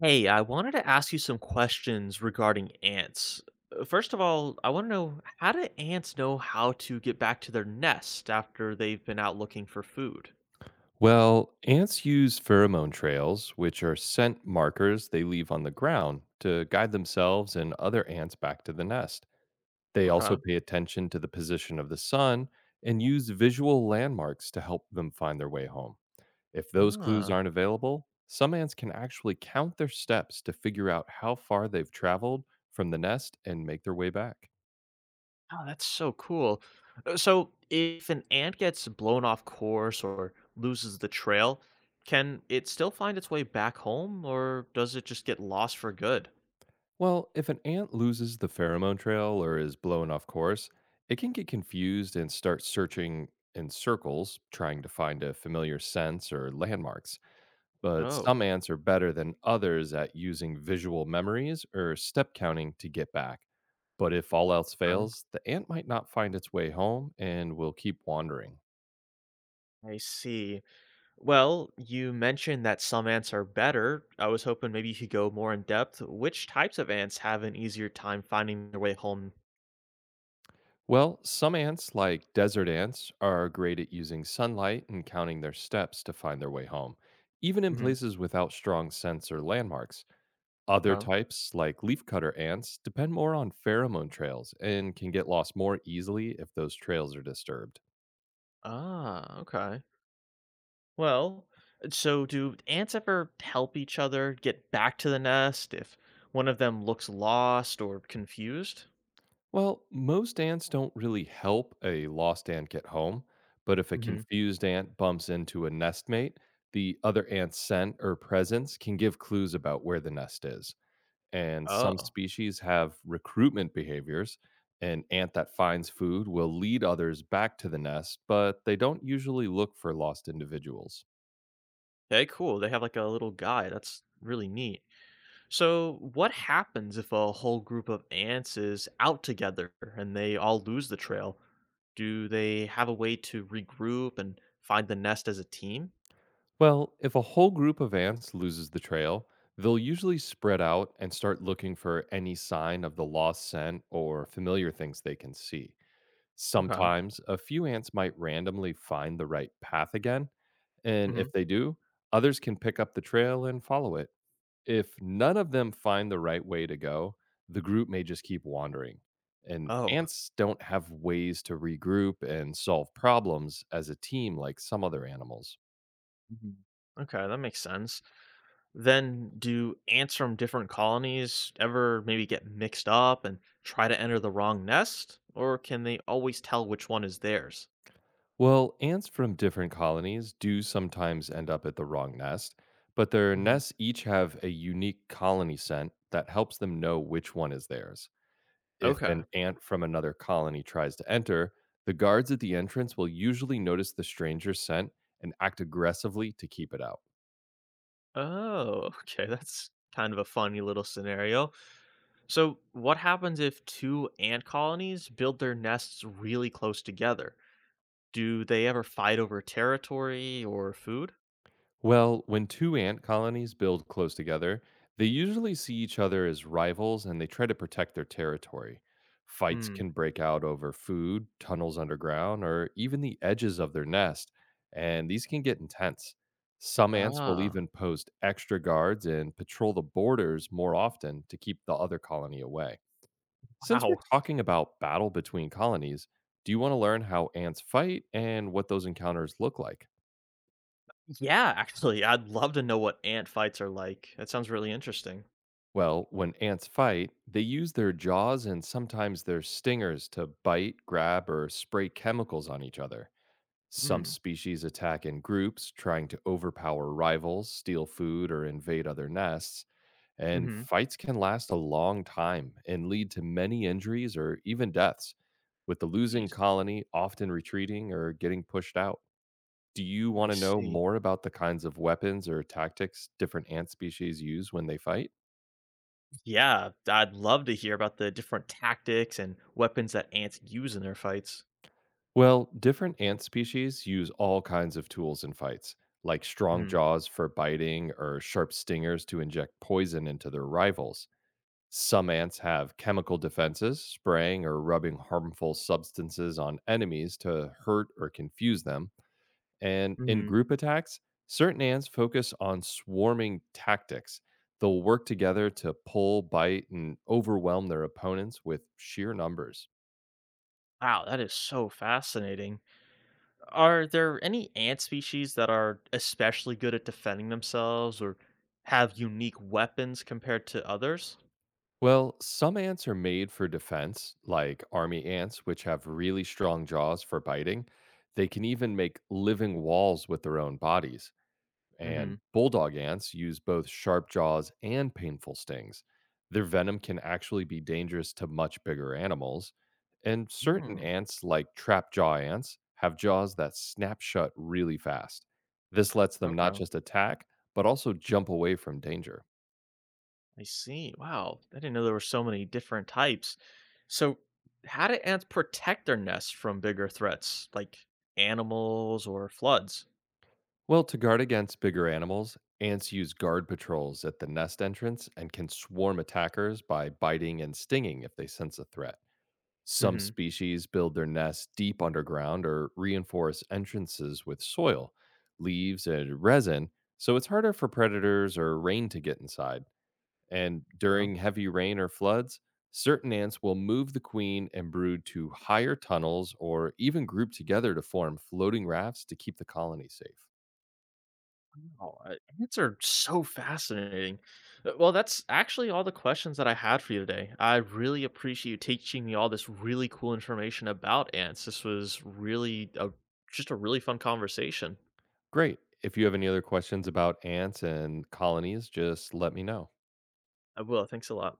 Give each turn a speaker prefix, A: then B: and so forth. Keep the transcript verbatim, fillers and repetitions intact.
A: Hey, I wanted to ask you some questions regarding ants. Uh, First of all, I want to know, how do ants know how to get back to their nest after they've been out looking for food?
B: Well, ants use pheromone trails, which are scent markers they leave on the ground to guide themselves and other ants back to the nest. They also
A: Okay.
B: pay attention to the position of the sun and use visual landmarks to help them find their way home. If those clues
A: Ah,
B: aren't available, some ants can actually count their steps to figure out how far they've traveled from the nest and make their way back.
A: oh, that's so cool. Uh, So, if an ant gets blown off course or loses the trail, can it still find its way back home, or does it just get lost for good?
B: Well, if an ant loses the pheromone trail or is blown off course, it can get confused and start searching in circles, trying to find a familiar sense or landmarks. But
A: Oh,
B: some ants are better than others at using visual memories or step counting to get back. But if all else
A: huh?
B: fails, the ant might not find its way home and will keep wandering.
A: I see. Well, you mentioned that some ants are better. I was hoping maybe you could go more in depth. Which types of ants have an easier time finding their way home?
B: Well, some ants, like desert ants, are great at using sunlight and counting their steps to find their way home, even in
A: Hmm.
B: places without strong scents or landmarks. Other
A: Oh.
B: types, like leafcutter ants, depend more on pheromone trails and can get lost more easily if those trails are disturbed.
A: Ah, okay. Well, so, do ants ever help each other get back to the nest if one of them looks lost or confused?
B: Well, most ants don't really help a lost ant get home, but if a
A: Hmm.
B: confused ant bumps into a nestmate, the other ant's scent or presence can give clues about where the nest is. And some
A: Oh.
B: species have recruitment behaviors. An ant that finds food will lead others back to the nest, but they don't usually look for lost individuals.
A: Okay, cool. They have like a little guide. That's really neat. So, what happens if a whole group of ants is out together and they all lose the trail? Do they have a way to regroup and find the nest as a team?
B: Well, if a whole group of ants loses the trail, they'll usually spread out and start looking for any sign of the lost scent or familiar things they can see.
A: Okay.
B: Sometimes a few ants might randomly find the right path again, and
A: Hmm.
B: if they do, others can pick up the trail and follow it. If none of them find the right way to go, the group may just keep wandering. And
A: Oh.
B: ants don't have ways to regroup and solve problems as a team like some other animals.
A: Mhm. Okay. That makes sense. Then, do ants from different colonies ever maybe get mixed up and try to enter the wrong nest? Or can they always tell which one is theirs?
B: Well, ants from different colonies do sometimes end up at the wrong nest, but their
A: Hmm.
B: nests each have a unique colony scent that helps them know which one is theirs. If an
A: Okay.
B: ant from another colony tries to enter, the guards at the entrance will usually notice the stranger's scent and act aggressively to keep it out.
A: Oh, okay. That's kind of a funny little scenario. So, what happens if two ant colonies build their nests really close together? Do they ever fight over territory or food?
B: Well, when two ant colonies build close together, they usually see each other as rivals and they try to protect their territory. Fights
A: Hmm.
B: can break out over food, tunnels underground, or even the edges of their nest, and these can get intense. Some ants will
A: Ah,
B: even post extra guards and patrol the borders more often to keep the other colony away. Since we're
A: wow.
B: talking about battle between colonies, do you want to learn how ants fight and what those encounters look like?
A: Yeah, actually, I'd love to know what ant fights are like. That sounds really interesting.
B: Well, when ants fight, they use their jaws and sometimes their stingers to bite, grab, or spray chemicals on each other. Some
A: Hmm.
B: species attack in groups, trying to overpower rivals, steal food, or invade other nests. And
A: Mm-hmm.
B: fights can last a long time and lead to many injuries or even deaths, with the losing
A: Jeez.
B: colony often retreating or getting pushed out. Do you want
A: I
B: to know
A: see.
B: more about the kinds of weapons or tactics different ant species use when they fight?
A: Yeah, I'd love to hear about the different tactics and weapons that ants use in their fights.
B: Well, different ant species use all kinds of tools in fights, like strong
A: Hmm.
B: jaws for biting or sharp stingers to inject poison into their rivals. Some ants have chemical defenses, spraying or rubbing harmful substances on enemies to hurt or confuse them. And in
A: Hmm.
B: group attacks, certain ants focus on swarming tactics. They'll work together to pull, bite, and overwhelm their opponents with sheer numbers.
A: Wow, that is so fascinating. Are there any ant species that are especially good at defending themselves or have unique weapons compared to others?
B: Well, some ants are made for defense, like army ants, which have really strong jaws for biting. They can even make living walls with their own bodies. And
A: Mm-hmm.
B: bulldog ants use both sharp jaws and painful stings. Their venom can actually be dangerous to much bigger animals. And certain
A: Hmm.
B: ants, like trap jaw ants, have jaws that snap shut really fast. This lets them not
A: Okay.
B: just attack, but also jump away from danger.
A: I see. Wow. I didn't know there were so many different types. So, how do ants protect their nests from bigger threats like animals or floods?
B: Well, to guard against bigger animals, ants use guard patrols at the nest entrance and can swarm attackers by biting and stinging if they sense a threat. Some
A: Mm-hmm.
B: species build their nests deep underground or reinforce entrances with soil, leaves, and resin, so it's harder for predators or rain to get inside. And during heavy rain or floods, certain ants will move the queen and brood to higher tunnels or even group together to form floating rafts to keep the colony safe.
A: Oh, uh, these are so fascinating. Uh, Well, that's actually all the questions that I had for you today. I really appreciate you teaching me all this really cool information about ants. This was really a, Just a really fun conversation.
B: Great. If you have any other questions about ants and colonies, just let me know.
A: I will. Thanks a lot.